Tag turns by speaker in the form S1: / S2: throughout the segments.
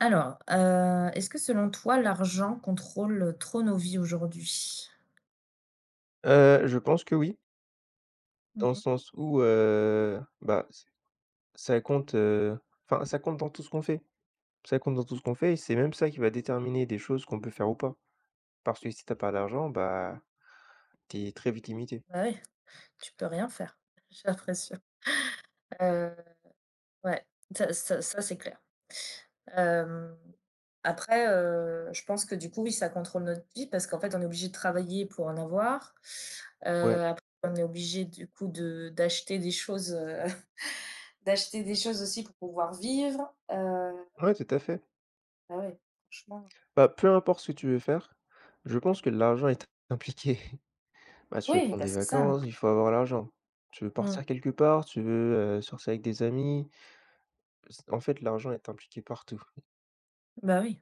S1: Alors, est-ce que selon toi, l'argent contrôle trop nos vies aujourd'hui?
S2: Je pense que oui, dans le
S1: Mmh.
S2: sens où, bah, ç ça compte, enfin, ça compte dans tout ce qu'on fait. Ça compte dans tout ce qu'on fait et c'est même ça qui va déterminer des choses qu'on peut faire ou pas. Parce que si tu as pas d'argent, bah, tu es très vite limité.
S1: Bah oui, tu peux rien faire, j'ai l'impression. Heu, ouais, ça c'est clair. Hem, après, je pense que du coup, oui, ça contrôle notre vie parce qu'en fait, on est obligé de travailler pour en avoir.
S2: Ouais,
S1: Après, on est obligé du coup de d'acheter des choses, d'acheter des choses aussi pour pouvoir vivre.
S2: ouais, tout à fait.
S1: Bah, ouais, franchement,
S2: Bah, peu importe ce que tu veux faire, je pense
S1: ouais.
S2: que l'argent est impliqué. Bah, tu veux
S1: Oui,
S2: prendre
S1: bah,
S2: des
S1: c'est ça.
S2: vacances, il faut avoir l'argent. Tu veux
S1: Mmh,
S2: partir quelque part, tu veux, sortir avec des amis, en fait, l'argent est impliqué partout.
S1: bah, oui.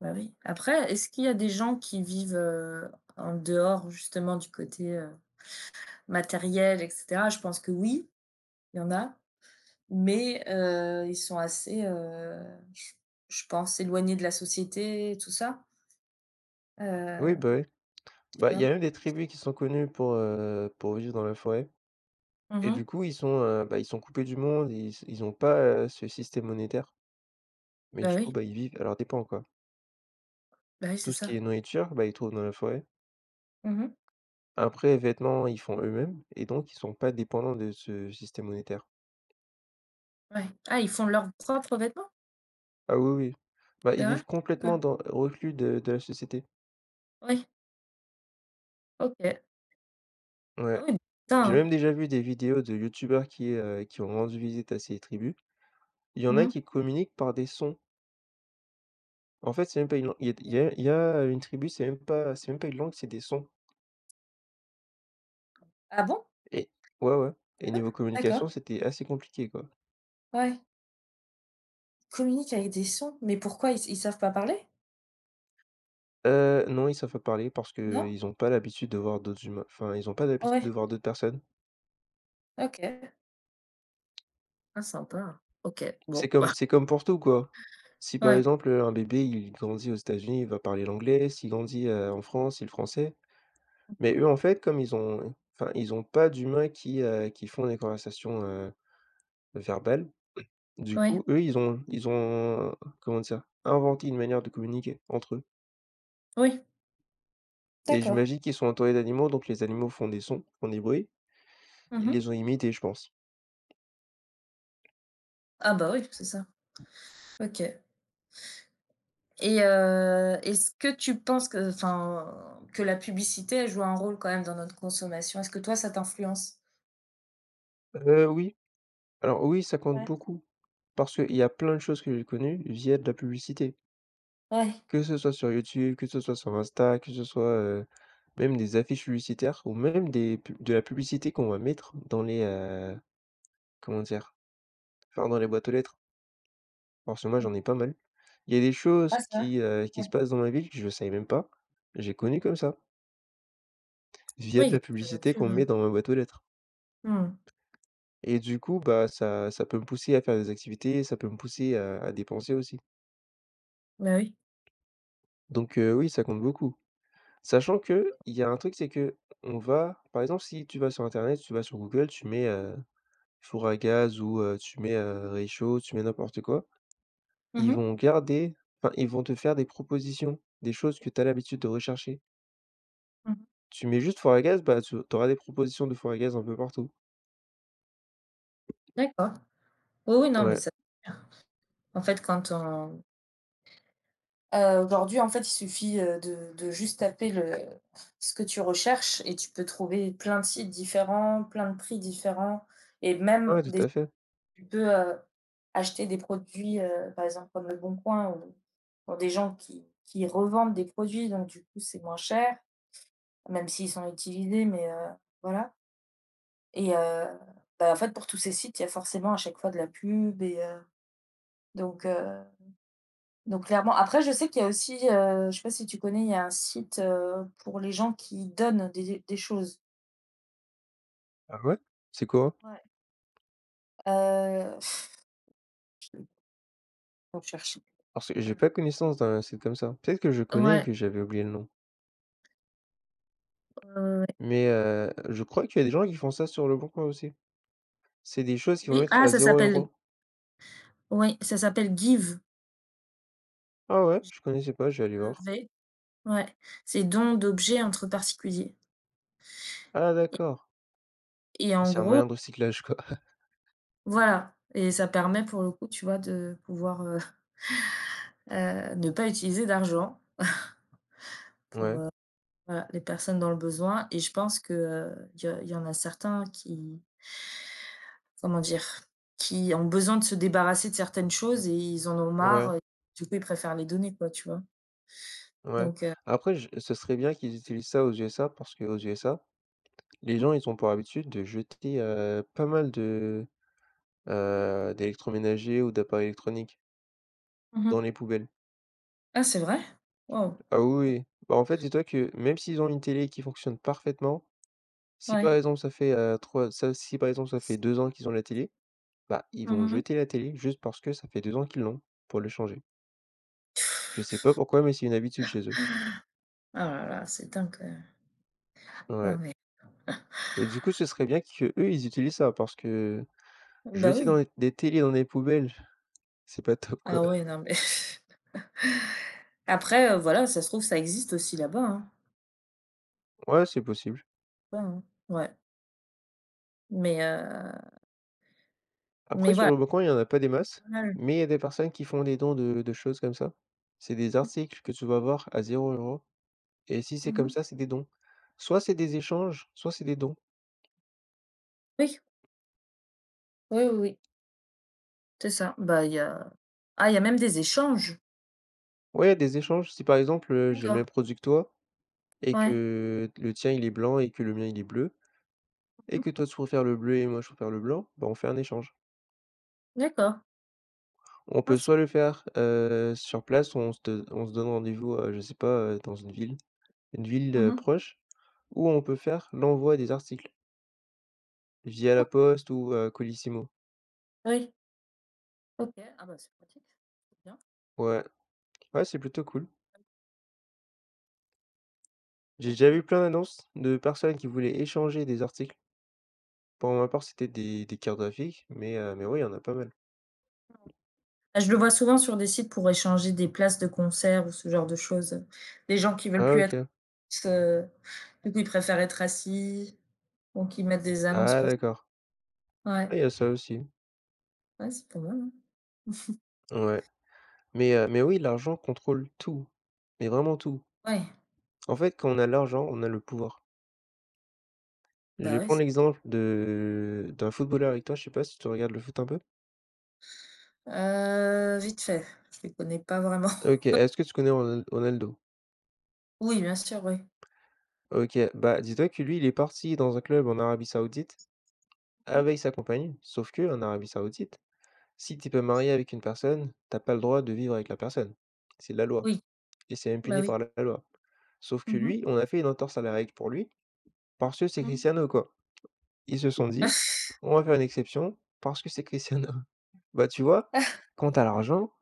S1: Bah oui. Après, est-ce qu'il y a des gens qui vivent, en dehors justement du côté, matériel et cetera? Je pense que oui, il y en a, mais ils sont assez, je je pense éloignés de la société et tout ça, heu,
S2: Oui.
S1: tu
S2: Bah, il y
S1: vois?
S2: a même des tribus qui sont connues pour vivre dans la forêt et
S1: Mmh.
S2: du coup, ils sont, bah, ils sont coupés du monde, ils ont pas, ce système monétaire, mais
S1: Bah
S2: du coup,
S1: oui,
S2: bah, ils vivent à leurs dépens, quoi.
S1: bah oui,
S2: Tout
S1: c'est
S2: ce qui
S1: ça.
S2: est nourriture, bah, ils trouvent dans la forêt.
S1: Mmh.
S2: Après, vêtements, ils font eux-mêmes et donc ils sont pas dépendants de ce système monétaire.
S1: Ouais. Ah, ils font leurs propres vêtements?
S2: Ah oui, oui. Bah, ils
S1: C'est vrai?
S2: vivent
S1: D'accord.
S2: complètement dans reclus de la société.
S1: Oui, OK. Ah
S2: Ouais.
S1: oui, putain,
S2: J'ai
S1: hein.
S2: même déjà vu des vidéos de youtubeurs qui ont rendu visite à ces tribus. Il y en a
S1: Mmh.
S2: qui communiquent par des sons. En fait, c'est même pas une lang il y a il y
S1: OK.
S2: a il y a une tribu, c'est même pas une langue, c'est des sons
S1: Ah bon?
S2: et ouais, ouais, et
S1: C'est vrai?
S2: niveau communication,
S1: D'accord.
S2: c'était assez compliqué, quoi.
S1: Ouais. Ils communiquent avec des sons, mais pourquoi ils savent pas parler?
S2: Non, ils savent pas parler parce que
S1: Non?
S2: ils ont pas l'habitude de voir d'autres humains, enfin, ils ont pas l'habitude
S1: Ouais,
S2: de voir d'autres personnes.
S1: OK. Ah sympa. OK,
S2: C'est
S1: bon,
S2: comme
S1: bah,
S2: c'est comme pour tout, quoi. Si, par
S1: ouais,
S2: exemple, un bébé, il grandit aux États-Unis, il va parler l'anglais, s'il grandit, en France, il le français. Mais eux, en fait, comme ils ont enfin, ils ont pas d'humains qui font des conversations, verbales, du
S1: oui,
S2: coup, eux, ils ont, comment dire? Inventé une manière de communiquer entre eux
S1: oui.
S2: et
S1: D'accord.
S2: j'imagine qu'ils sont entourés d'animaux, donc les animaux font des sons, font des bruits.
S1: Mmh
S2: Ils
S1: mh.
S2: les ont imités, je pense.
S1: Ah bah, oui, c'est ça. OK, et est-ce que tu penses que que la publicité, elle joue un rôle quand même dans notre consommation? Est-ce que toi, ça t'influence?
S2: Heu, oui, alors oui, ça compte
S1: Ouais.
S2: beaucoup parce qu'il y a plein de choses que j'ai connues via de la publicité,
S1: Ouais.
S2: que ce soit sur YouTube, que ce soit sur Insta, que ce soit, même des affiches publicitaires ou même des pub de la publicité qu'on va mettre dans les, comment dire? Enfin, dans les boîtes aux lettres, parce que moi, j'en ai pas mal. Il y a des choses
S1: Ah, c'est vrai?
S2: qui
S1: Ouais.
S2: se passent dans ma ville que je savais même pas, j'ai connu comme ça, via
S1: Oui,
S2: de la
S1: grâce à la
S2: publicité
S1: pub,
S2: qu'on
S1: hein.
S2: met dans ma boîte aux lettres
S1: Mmh.
S2: et du coup, bah, ça peut me pousser à faire des activités, ça peut me pousser à dépenser aussi.
S1: Bah, oui.
S2: Donc oui, ça compte beaucoup. Sachant que il y a un truc, c'est que on va par exemple, si tu vas sur internet, tu vas sur Google, tu mets, four à gaz ou tu mets, réchaud, tu mets n'importe quoi,
S1: Mmh
S2: ils
S1: mh.
S2: vont garder enfin, ils vont te faire des propositions, des choses que tu as l'habitude de rechercher.
S1: Mmh mh.
S2: Tu mets juste four à gaz, bah, tu auras des propositions de four à gaz un peu partout.
S1: D'accord. Oui, oui, non, mais
S2: Ouais,
S1: ça en fait, quand on aujourd'hui, en fait, il suffit, de juste taper le ce que tu recherches et tu peux trouver plein de sites différents, plein de prix différents et même
S2: ouais, tout
S1: des
S2: à fait.
S1: tu peux, acheter des produits, par exemple comme le bon coin ou pour des gens qui revendent des produits, donc du coup, c'est moins cher, même s'ils sont utilisés, mais voilà. Et bah, en fait, pour tous ces sites, il y a forcément à chaque fois de la pub, et donc heu donc clairement, après, je sais qu'il y a aussi, je sais pas si tu connais, il y a un site, pour les gens qui donnent des choses.
S2: Ah ouais? C'est quoi?
S1: Ouais. Heu, faut chercher.
S2: Parce que j'ai pas connaissance d'un site comme ça. Peut-être que je
S1: Ouais,
S2: connais et
S1: ouais,
S2: que j'avais oublié le nom.
S1: ouais.
S2: Mais je crois qu'il y a des gens qui font ça sur le bon coin aussi. C'est des choses qui
S1: Oui,
S2: vont
S1: ouais.
S2: être
S1: Ah,
S2: à
S1: ça
S2: zéro
S1: s'appelle,
S2: euro.
S1: oui, ça s'appelle Give,
S2: Ah ouais? Je connaissais pas, je vais aller voir.
S1: G-E-V, ouais, c'est don d'objets entre particuliers,
S2: Ah
S1: et
S2: d'accord.
S1: et
S2: Bah,
S1: en
S2: c'est un
S1: gros
S2: moyen de recyclage, quoi.
S1: voilà, et ça permet pour le coup, tu vois, de pouvoir, ne pas utiliser d'argent,
S2: Ouais,
S1: voilà, les personnes dans le besoin, et je pense que, il y en a certains qui... Comment dire? Qui ont besoin de se débarrasser de certaines choses et ils en ont
S2: ouais,
S1: marre, du coup, ils préfèrent les donner, quoi, tu vois?
S2: ouais.
S1: Donc heu
S2: Après je ce serait bien qu'ils utilisent ça aux USA parce qu'aux USA, les
S1: mmh.
S2: gens, ils ont pour habitude de jeter, heu, pas mal d'électroménagers ou d'appareils électroniques
S1: Mmh
S2: dans
S1: mh.
S2: les poubelles.
S1: Ah, c'est vrai? Waouh!
S2: Ah oui, oui. Bah, en fait, dis-toi que même s'ils ont une télé qui fonctionne parfaitement, si par
S1: Ouais.
S2: exemple ça fait, heu, 3 ça si par exemple ça fait 2 ans qu'ils ont la télé, bah, ils vont
S1: Mmh mh.
S2: jeter la télé juste parce que ça fait 2 ans qu'ils l'ont, pour le changer. Je sais pas pourquoi, mais c'est une habitude chez eux.
S1: Ah là là, c'est dingue, non,
S2: Ouais,
S1: mais
S2: et du coup, ce serait bien que eux, ils utilisent ça parce que
S1: bah,
S2: jeter
S1: oui.
S2: dans les des télés dans des poubelles, c'est pas top, quoi.
S1: Ah ouais, non, mais après, voilà, ça se trouve, ça existe aussi là-bas, hein.
S2: Ouais, c'est possible.
S1: Ouais, hein. Ouais, mais
S2: Après sur
S1: voilà.
S2: le bon coin, il y en a pas des masses, mais il y a des personnes qui font des dons de choses comme ça. C'est des articles que tu vas voir à 0 euro. Et si c'est
S1: Mmh. Mmh
S2: comme
S1: mh.
S2: ça, c'est des dons. Soit c'est des échanges, soit c'est des dons.
S1: Oui. Oui, oui, oui, c'est ça. Bah, il y a ah, il y a même des échanges?
S2: Ouais, des échanges, si par exemple, j'ai le même
S1: D'accord.
S2: produit que toi et
S1: Ouais.
S2: que le tien, il est blanc et que le mien, il est bleu et
S1: Mmh.
S2: que toi, tu préfères le bleu et moi, je préfère le blanc, bah, on fait un échange.
S1: D'accord.
S2: On
S1: Ah,
S2: peut
S1: c'est
S2: soit le faire, sur place, on se do on se donne rendez-vous, je sais pas, dans une ville,
S1: mmh mh.
S2: proche, ou on peut faire l'envoi des articles via La
S1: OK.
S2: Poste ou, Colissimo.
S1: Oui, OK. Ah bah, c'est pratique, c'est bien.
S2: Ouais, ouais, c'est plutôt cool. J'ai
S1: OK,
S2: déjà vu
S1: OK.
S2: plein d'annonces de personnes qui voulaient échanger des articles. Pour ma part, c'était des cartes graphiques, mais oui, il y en a pas mal.
S1: Bah, je le vois souvent sur des sites pour échanger des places de concert ou ce genre de choses. Des gens qui veulent
S2: Ah
S1: plus être,
S2: OK.
S1: heu, du coup, ils préfèrent être assis, donc ils mettent des annonces
S2: Ah
S1: pour
S2: d'accord.
S1: ça. Ouais,
S2: Ah, il y a ça aussi.
S1: ouais, c'est pas mal, hein.
S2: Ouais, mais oui, l'argent contrôle tout, mais vraiment tout.
S1: Ouais,
S2: En fait, quand on a l'argent, on a le pouvoir. Je
S1: bah,
S2: vais
S1: oui.
S2: prendre
S1: C'est
S2: l'exemple de d'un footballeur avec toi, je sais pas si tu regardes le foot un peu?
S1: vite fait, je les connais pas vraiment.
S2: OK, est-ce que tu connais Ronaldo?
S1: Oui, bien sûr, oui.
S2: OK, bah, dis-toi que lui, il est parti dans un club en Arabie Saoudite
S1: Mmh.
S2: avec sa compagne, sauf que en Arabie Saoudite, si tu t'es pas marié avec une personne, t'as pas le droit de vivre avec la personne. C'est la loi
S1: Oui,
S2: et c'est même
S1: bah,
S2: puni
S1: oui.
S2: par la loi. Sauf que
S1: Mmh mh.
S2: lui, on a fait une entorse à la règle pour lui parce que c'est Cristiano, quoi. Ils se sont dit: «On va faire une exception parce que c'est Cristiano». Bah, tu vois, quand t'as l'argent,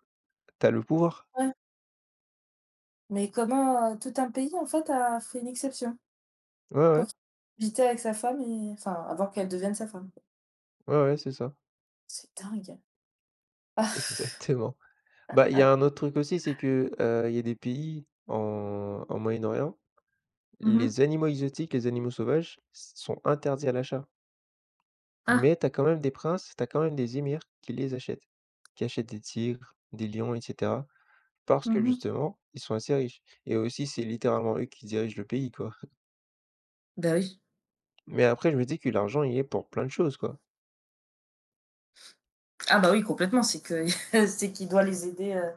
S2: t'as le pouvoir.
S1: Ouais, mais comment, tout un pays, en fait, a fait une exception
S2: Ouais,
S1: pour
S2: ouais.
S1: qu'il puisse habiter avec sa femme, et avant qu'elle devienne sa femme.
S2: Ouais, ouais, c'est ça.
S1: C'est dingue. Ah,
S2: Exactement. Bah, il y a un autre truc aussi, c'est que, il y a des pays en Moyen-Orient,
S1: mh.
S2: les animaux exotiques, les animaux sauvages s sont interdits à l'achat.
S1: Ah,
S2: Mais tu as quand même des princes, tu as quand même des émirs qui les achètent, qui achètent des tigres, des lions et cetera. Parce que
S1: mmh.
S2: justement, ils sont assez riches et aussi c'est littéralement eux qui dirigent le pays, quoi.
S1: Bah, oui.
S2: Mais après je me dis que l'argent il est pour plein de choses, quoi.
S1: Ah bah, oui, complètement, c'est que c'est qu'il doit les aider,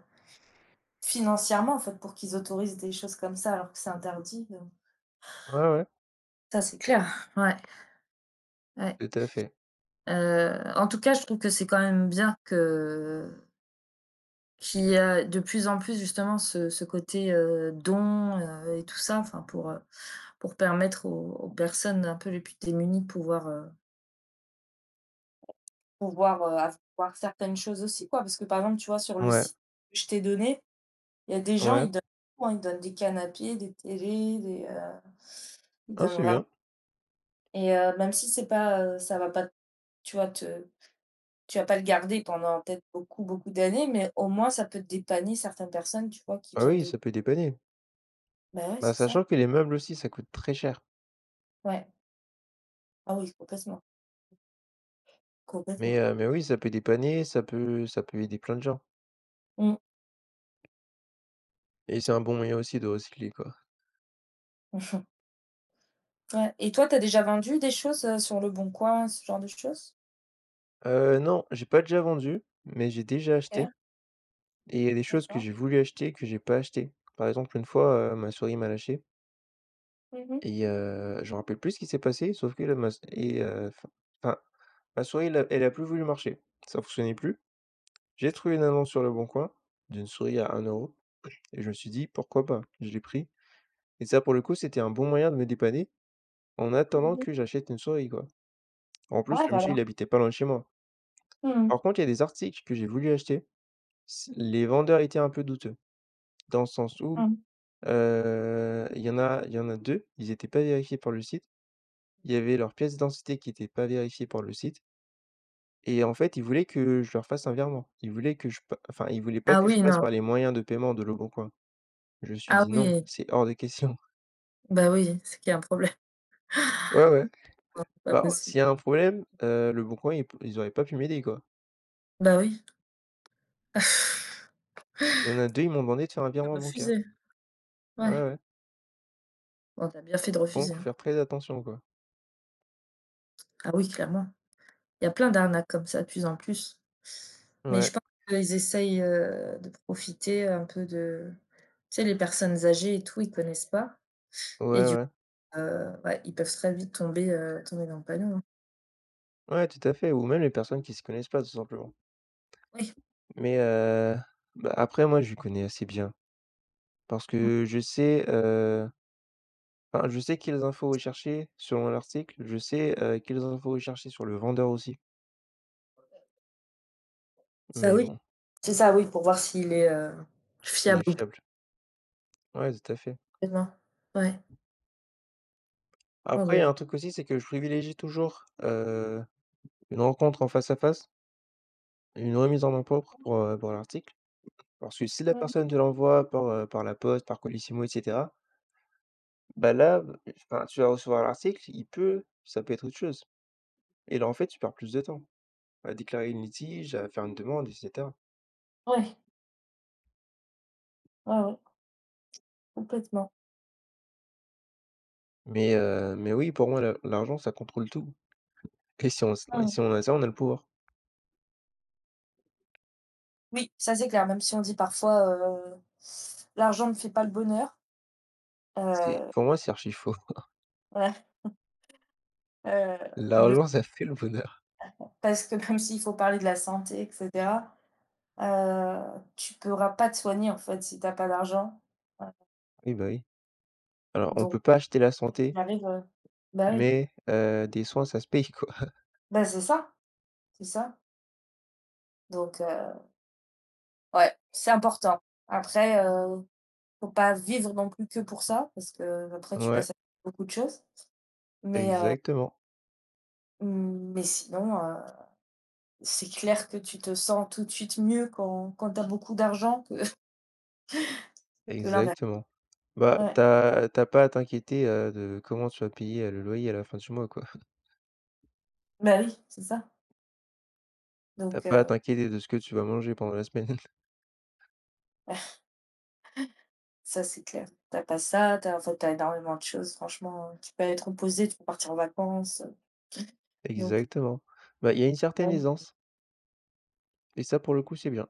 S1: financièrement, en fait, pour qu'ils autorisent des choses comme ça alors que c'est interdit.
S2: Ouais, ouais,
S1: Ça, c'est clair, ouais, ouais.
S2: tout à fait.
S1: En tout cas, je trouve que c'est quand même bien que qu'il y a de plus en plus justement ce côté, don, et tout ça, enfin pour permettre aux personnes un peu les plus démunies de pouvoir, Pouvoir, heu, avoir certaines choses aussi, quoi, parce que, par exemple, tu vois, sur le
S2: Ouais,
S1: site que je t'ai donné, il y a des gens,
S2: ouais.
S1: ils donnent tout, hein, ils donnent des canapés, des télés, des, ils
S2: Ah,
S1: donnent
S2: c'est
S1: vraiment.
S2: bien.
S1: Et même si c'est pas, ça va pas, tu vois, te tu vas pas le garder pendant peut-être beaucoup, beaucoup d'années, mais au moins ça peut dépanner certaines personnes, tu vois, qui
S2: Ah
S1: viennent
S2: oui,
S1: de...
S2: ça peut dépanner.
S1: Bah, ouais,
S2: Bah,
S1: c'est ça.
S2: sachant que les meubles aussi, ça coûte très cher.
S1: Ouais. Ah oui, complètement, complètement.
S2: Mais oui, ça peut dépanner, ça peut aider plein de gens.
S1: Mmh.
S2: Et c'est un bon moyen aussi de recycler, quoi.
S1: Ouais, et toi, tu as déjà vendu des choses, sur Leboncoin, ce genre de choses?
S2: Non, j'ai pas déjà vendu, mais j'ai déjà
S1: OK,
S2: acheté et il y a des choses que
S1: d'accord.
S2: j'ai voulu acheter que j'ai pas acheté. Par exemple, une fois, ma souris m'a lâché
S1: Mmh mh.
S2: et je me rappelle plus ce qui s'est passé, sauf que là, ma et enfin, enfin, ma souris, elle a plus voulu marcher. Ça fonctionnait plus. J'ai trouvé une annonce sur le Bon Coin d'une souris à 1 euro. Et je me suis dit: «Pourquoi pas?» Je l'ai pris et ça, pour le coup, c'était un bon moyen de me dépanner en attendant
S1: Mmh mh.
S2: que j'achète une souris, quoi. En plus,
S1: Ouais,
S2: le
S1: voilà.
S2: monsieur, il habitait pas loin de chez moi.
S1: Mmh mh.
S2: Par contre, il y a des articles que j'ai voulu acheter, c les vendeurs étaient un peu douteux, dans le sens où,
S1: Mmh.
S2: il y en a il y en a 2, ils étaient pas vérifiés par le site. Il y avait leur pièce d'identité qui était pas vérifiée par le site et en fait, ils voulaient que je leur fasse un virement. Ils voulaient que je pa enfin, ils voulaient pas
S1: Ah
S2: que je
S1: oui,
S2: passe par
S1: non.
S2: les moyens de paiement de Leboncoin. Je me suis
S1: Ah
S2: dit: «Non,
S1: oui,
S2: c'est hors de question».
S1: bah oui, c'est qu'il y a un problème.
S2: Ouais, ouais.
S1: Non, c'est pas
S2: Bah, s'il
S1: possible.
S2: y a un problème, Leboncoin, ils auraient pas pu m'aider, quoi.
S1: Bah oui.
S2: Il y en a 2 ils m'ont demandé de faire un
S1: Tu
S2: virement bancaire.
S1: refusé?
S2: Ouais,
S1: Ouais.
S2: ouais.
S1: Bon, t'as bien fait de
S2: Donc
S1: refuser,
S2: faut
S1: hein.
S2: faire très attention, quoi.
S1: Ah oui, clairement. Il y a plein d'arnaques comme ça de plus en plus. Mais je
S2: Ouais,
S1: pense qu'ils essayent, de profiter un peu de, tu sais, les personnes âgées et tout, ils connaissent pas,
S2: ouais,
S1: et du coup,
S2: ouais.
S1: ouais, ils peuvent très vite tomber, tomber dans le panneau, hein.
S2: Ouais, tout à fait, ou même les personnes qui se connaissent pas, tout simplement.
S1: Oui.
S2: Mais, bah, après moi, je connais assez bien parce
S1: Mmh.
S2: que je sais, enfin, je sais quelles infos rechercher selon l'article, je sais, quelles infos rechercher sur le vendeur aussi.
S1: Bah
S2: Mais
S1: oui.
S2: bon,
S1: C'est ça, oui, pour voir s'il est,
S2: il
S1: fiable
S2: est
S1: ou pas.
S2: fiable. Ouais, tout à fait.
S1: Complètement. Ouais. Ouais,
S2: Après,
S1: ouais,
S2: il y a
S1: ouais.
S2: un truc aussi, c'est que je privilégie toujours, une rencontre en face à face. Une remise en main propre pour l'article, parce que si la
S1: Mmh.
S2: personne te l'envoie par, par la poste, par Colissimo et cetera, bah, là, enfin, tu vas recevoir l'article, il peut ça peut être autre chose et là, en fait, tu perds plus de temps à déclarer une litige, à faire une demande et cetera.
S1: Ouais. Ouais, ouais, complètement.
S2: Mais oui, pour moi, la l'argent, ça contrôle tout et si on s et
S1: Mmh.
S2: si on a ça, on a le pouvoir.
S1: Oui, ça c'est clair, même si on dit parfois, «L'argent ne fait pas le bonheur»,
S2: C'est
S1: heu,
S2: pour moi, c'est archi faux.
S1: voilà, heu, ils le
S2: L'argent, ça fait le bonheur.
S1: parce que même s'il faut parler de la santé et cetera, heu, tu pourras pas te soigner en fait si t'as pas d'argent, heu,
S2: Oui, bah, oui. Alors, on
S1: donc
S2: peut pas acheter la
S1: quoi
S2: santé,
S1: qu'il arrive, bah oui,
S2: mais des soins, ça se paye, quoi.
S1: bah c'est ça, c'est ça, donc heu, ouais, c'est important. Après, faut pas vivre non plus que pour ça parce que après tu
S2: Ouais,
S1: passes à beaucoup de choses, mais heu,
S2: exactement.
S1: mais sinon, heu... C'est clair que tu te sens tout de suite mieux quand tu as beaucoup d'argent que l'inverse.
S2: Exactement. Bah,
S1: Ouais,
S2: t'as t'as pas à t'inquiéter, de comment tu vas payer, le loyer à la fin du mois, quoi.
S1: bah, oui, c'est ça.
S2: T'as
S1: Donc
S2: pas à
S1: heu,
S2: t'inquiéter de ce que tu vas manger pendant la semaine.
S1: ça, c'est clair. Tu as pas ça, tu as, en fait, tu as énormément de choses, franchement, tu peux partir en vacances, donc
S2: Exactement. Bah, il y a une certaine
S1: ouais.
S2: aisance et ça, pour le coup, c'est bien.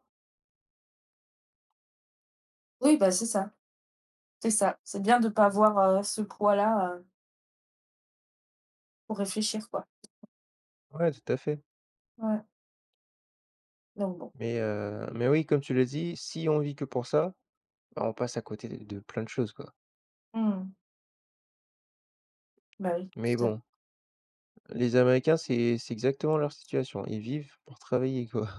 S1: Oui, bah, c'est ça, c'est ça. C'est bien de pas avoir, ce poids-là, pour réfléchir, quoi.
S2: Ouais, tout à fait.
S1: Ouais, donc bon.
S2: Mais oui, comme tu l'as dit, si on vit que pour ça, bah, on passe à côté de plein de choses, quoi.
S1: Mmh. Bah, oui,
S2: Mais
S1: tout à
S2: bon, les Américains, c'est exactement leur situation. Ils vivent pour travailler, quoi.